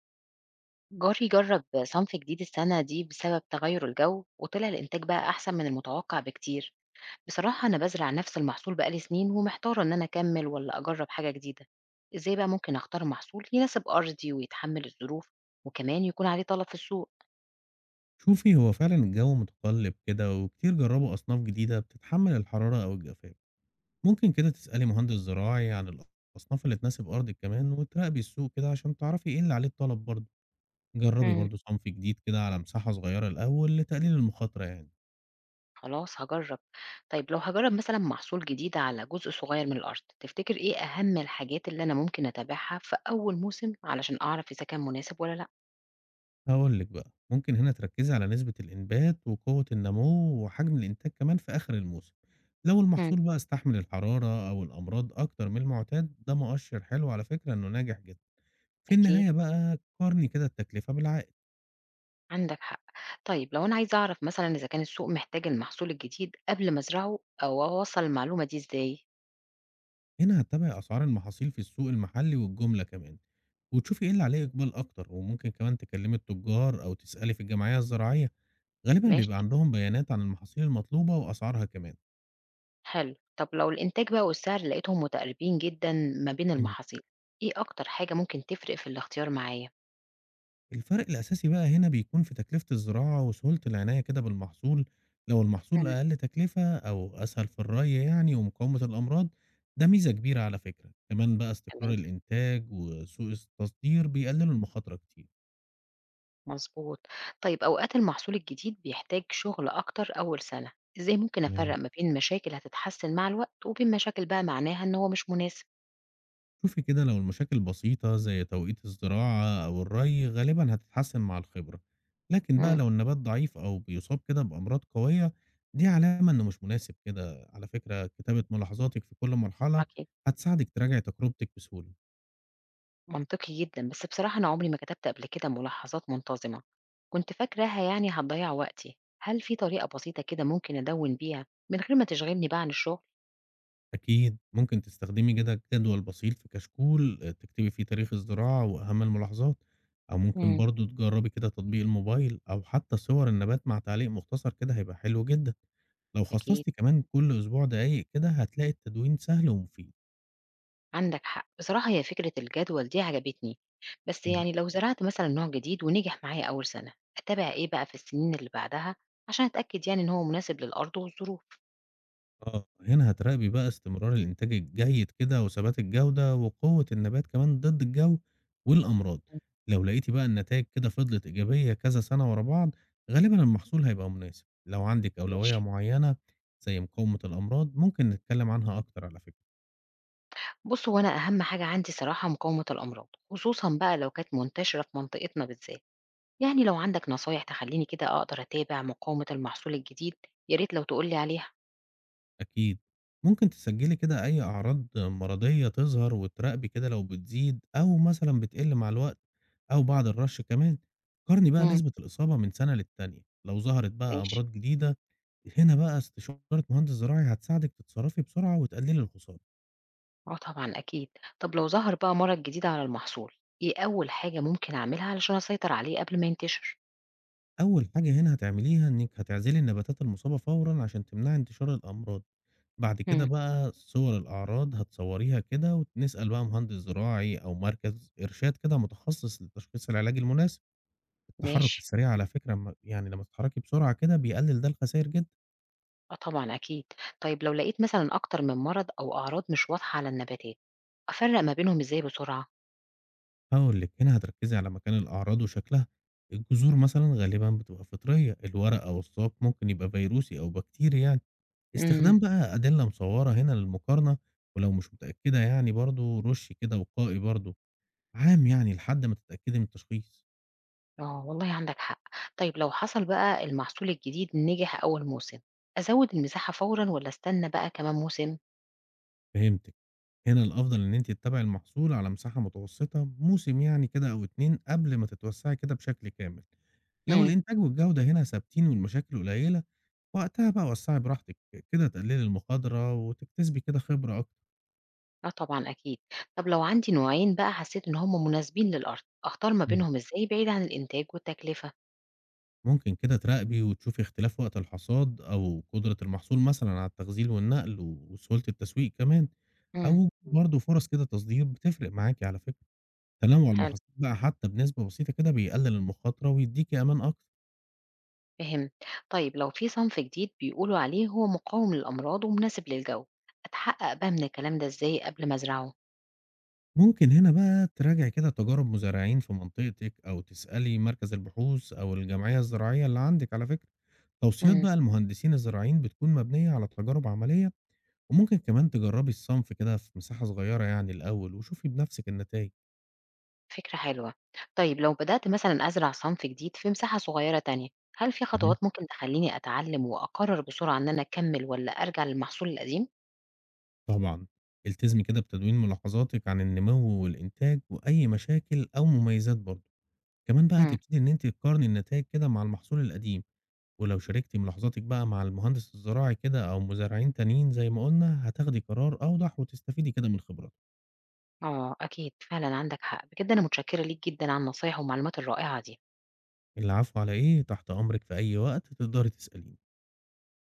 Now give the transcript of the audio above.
جاري جرب صنف جديد السنة دي بسبب تغير الجو وطلع الإنتاج بقى أحسن من المتوقع بكتير. بصراحة أنا بزرع نفس المحصول بقالي سنين ومحتارة إن أنا أكمل ولا أجرب حاجة جديدة. إزاي بقى ممكن أختار محصول يناسب أرضي ويتحمل الظروف، وكمان يكون عليه طلب في السوق؟ شوفي هو فعلا الجو متقلب كده وكتير جربوا أصناف جديدة بتتحمل الحرارة أو الجفاف. ممكن كده تسألي مهندس زراعي عن الأصناف اللي تناسب أرضك، كمان وتراقبي السوق كده عشان تعرفي إيه اللي عليه الطلب برضه. جربي مم. برضه صنف جديد كده على مساحة صغيرة الأول لتقليل المخاطرة يعني. خلاص هجرب. طيب لو هجرب مثلا محصول جديد على جزء صغير من الأرض تفتكر إيه أهم الحاجات اللي أنا ممكن أتابعها في أول موسم علشان أعرف إذا كان مناسب ولا لأ؟ هقول لك بقى ممكن هنا تركزي على نسبة الإنبات وقوة النمو وحجم الإنتاج كمان في آخر الموسم. لو مم. المحصول بقى استحمل الحرارة أو الأمراض أكتر من المعتاد، ده مؤشر حلو على فكرة إنه ناجح جدا. في أكيد. النهاية بقى قارني كده التكلفة بالعائد. عندك حق. طيب لو أنا عايزة أعرف مثلًا إذا كان السوق محتاج المحصول الجديد قبل ما أزرعه أو أوصّل المعلومة دي إزاي؟ هنا هتتابع أسعار المحاصيل في السوق المحلي والجملة كمان، وتشوفي ايه اللي عليه إقبال أكتر. وممكن كمان تكلمي التجار أو تسألي في الجمعية الزراعية، غالبا بيبقى ماشي، عندهم بيانات عن المحاصيل المطلوبة وأسعارها كمان. حلو. طب لو الإنتاج بقى والسعر لقيتهم متقاربين جدًا ما بين مم. المحاصيل، إيه أكتر حاجة ممكن تفرق في الاختيار معايا؟ الفرق الأساسي بقى هنا بيكون في تكلفة الزراعة وسهولة العناية كده بالمحصول. لو المحصول مم. أقل تكلفة أو أسهل في الري يعني ومقاومة الأمراض، ده ميزة كبيرة على فكرة. كمان بقى استقرار تمام، الإنتاج وسوق التصدير بيقللوا المخاطرة كتير. مضبوط. طيب أوقات المحصول الجديد بيحتاج شغل أكتر أول سنة، إزاي ممكن أفرّق تمام. ما بين مشاكل هتتحسن مع الوقت وبين مشاكل بقى معناها إن هو مش مناسب؟ شوفي كده، لو المشاكل بسيطة زي توقيت الزراعة أو الري غالبا هتتحسن مع الخبرة. لكن بقى إمم، لو النبات ضعيف أو بيصاب كده بأمراض قوية، دي علامة إنه مش مناسب. كده على فكرة كتابة ملاحظاتك في كل مرحلة أكيد. هتساعدك تراجع تجربتك بسهولة. منطقي جدًا، بس بصراحة أنا عمري ما كتبت قبل كده ملاحظات منتظمة، كنت فاكراها يعني هتضيّع وقتي، هل في طريقة بسيطة كده ممكن أدوِّن بيها من غير ما تشغلني بقى عن الشغل؟ أكيد، ممكن تستخدمي كده جدول بسيط في كشكول تكتبي فيه تاريخ الزراعة وأهم الملاحظات، أو ممكن إمم. برضه تجرّبي كده تطبيق الموبايل، أو حتى صور النبات مع تعليق مختصر كده هيبقى حلو جدًا. لو أكيد، خصصتِ كمان كل أسبوع دقايق، كده هتلاقي التدوين سهل ومفيد. عندك حق، بصراحة هي فكرة الجدول دي عجبتني، بس إمم. يعني لو زرعت مثلًا نوع جديد ونجح معايا أول سنة، أتابع إيه بقى في السنين اللي بعدها عشان أتأكد يعني إن هو مناسب للأرض والظروف؟ آه، هنا هتراقبي بقى استمرار الإنتاج الجيد كده وثبات الجودة وقوة النبات كمان ضد الجو والأمراض. إمم، لو لقيتي بقى النتائج كده فضلت إيجابية كذا سنة ورا بعض، غالبا المحصول هيبقى مناسب. لو عندك ماشي. أولوية معينة زي مقاومة الأمراض، ممكن نتكلم عنها أكتر على فكرة. بُص، هو أنا أهم حاجة عندي صراحة مقاومة الأمراض، خصوصًا بقى لو كانت منتشرة في منطقتنا بالذات. يعني لو عندك نصايح تخلّيني كده أقدر أتابع مقاومة المحصول الجديد، يا ريت لو تقول لي عليها. أكيد، ممكن تسجلي كده أي أعراض مرضية تظهر، وتراقبي كده لو بتزيد أو مثلا بتقل مع الوقت أو بعد الرش كمان. قارني بقى إمم. نسبة الإصابة من سنة للتانية، لو ظهرت بقى ماشي. أمراض جديدة هنا بقى استشارة مهندس زراعي هتساعدك تتصرفي بسرعة وتقللي الخسارة. آه طبعًا أكيد. طب لو ظهر بقى مرض جديد على المحصول، إيه أول حاجة ممكن أعملها علشان أسيطر عليه قبل ما ينتشر؟ أول حاجة هنا هتعمليها إنك هتعزلي النباتات المصابة فورا عشان تمنعي انتشار الأمراض. بعد كده إمم. بقى صور الأعراض هتصوريها كده، ونسأل بقى مهندس زراعي أو مركز إرشاد كده متخصص لتشخيص العلاج المناسب. التحرك ماشي. السريع على فكرة يعني لما تتحركي بسرعة كده بيقلل ده الخسائر جدا. آه طبعًا أكيد. طيب لو لقيت مثلًا أكتر من مرض أو أعراض مش واضحة على النباتات، أفرّق ما بينهم إزاي بسرعة؟ هقول لك هنا هتركزي على مكان الأعراض وشكلها. الجذور مثلا غالبا بتبقى فطرية، الورق أو الساق ممكن يبقى فيروسي أو بكتيري يعني. إمم. استخدام بقى أدلة مصورة هنا للمقارنة، ولو مش متأكدة يعني برضه رُشّي كده وقائي برضه عام يعني لحد ما تتأكدي من التشخيص. آه والله عندك حق. طيب لو حصل بقى المحصول الجديد نجح أول موسم، أزوّد المساحة فورًا والّا أستنى بقى كمان موسم؟ فهمتِك. هنا الأفضل إن أنتِ تتابعي المحصول على مساحة متوسطة، موسم يعني كده أو 2 قبل ما تتوسّعي كده بشكل كامل. لو إمم. الإنتاج والجودة هنا ثابتين والمشاكل قليلة، وقتها بقى وسّعي براحتِك، كده تقللي المخاطرة وتكتسبي كده خبرة أكتر. آه طبعًا أكيد. طب لو عندي نوعين بقى حسيت إن هم مناسبين للأرض، أختار ما بينهم إزاي بعيد عن الإنتاج والتكلفة؟ ممكن كده تراقبي وتشوفي اختلاف وقت الحصاد أو قدرة المحصول مثلًا على التخزين والنقل وسهولة التسويق كمان، أو امم. برضه فرص كده تصدير بتفرق معاكِ على فكرة. تنوع حلو، المحاصيل بقى حتى بنسبة بسيطة كده بيقلل المخاطرة ويديكِ أمان أكتر. فهمت. طيب لو في صنف جديد بيقولوا عليه هو مقاوم للأمراض ومناسب للجو، أتحقق بقى من الكلام ده إزاي قبل ما أزرعه؟ ممكن هنا بقى تراجعي كده تجارب مزارعين في منطقتِك، أو تسألي مركز البحوث أو الجمعية الزراعية اللي عندِك على فكرة. توصيات امم. بقى المهندسين الزراعيين بتكون مبنية على تجارب عملية، وممكن كمان تجربي الصنف كده في مساحة صغيرة يعني الأول وشوفي بنفسِك النتايج. فكرة حلوة. طيب لو بدأت مثلًا أزرع صنف جديد في مساحة صغيرة تانية، هل في اهم، خطوات ممكن تخليني أتعلم وأقرر بسرعة إن أنا أكمل والّا أرجع للمحصول القديم؟ طبعًا. التزمي كده بتدوين ملاحظاتِك عن النمو والإنتاج وأي مشاكل أو مميزات برضه. كمان بقى امم. هتبتدي إن أنتِ تقارني النتايج كده مع المحصول القديم، ولو شاركتِ ملاحظاتِك بقى مع المهندس الزراعي كده أو مزارعين تانيين زي ما قُلنا، هتاخدي قرار أوضح وتستفيدي كده من خبراته. آه أكيد فعلًا عندك حق، بجد أنا متشكرة ليك جدًا على النصايح والمعلومات الرائعة دي. العفو على إيه، تحت أمرِك في أي وقت تقدري تسأليني.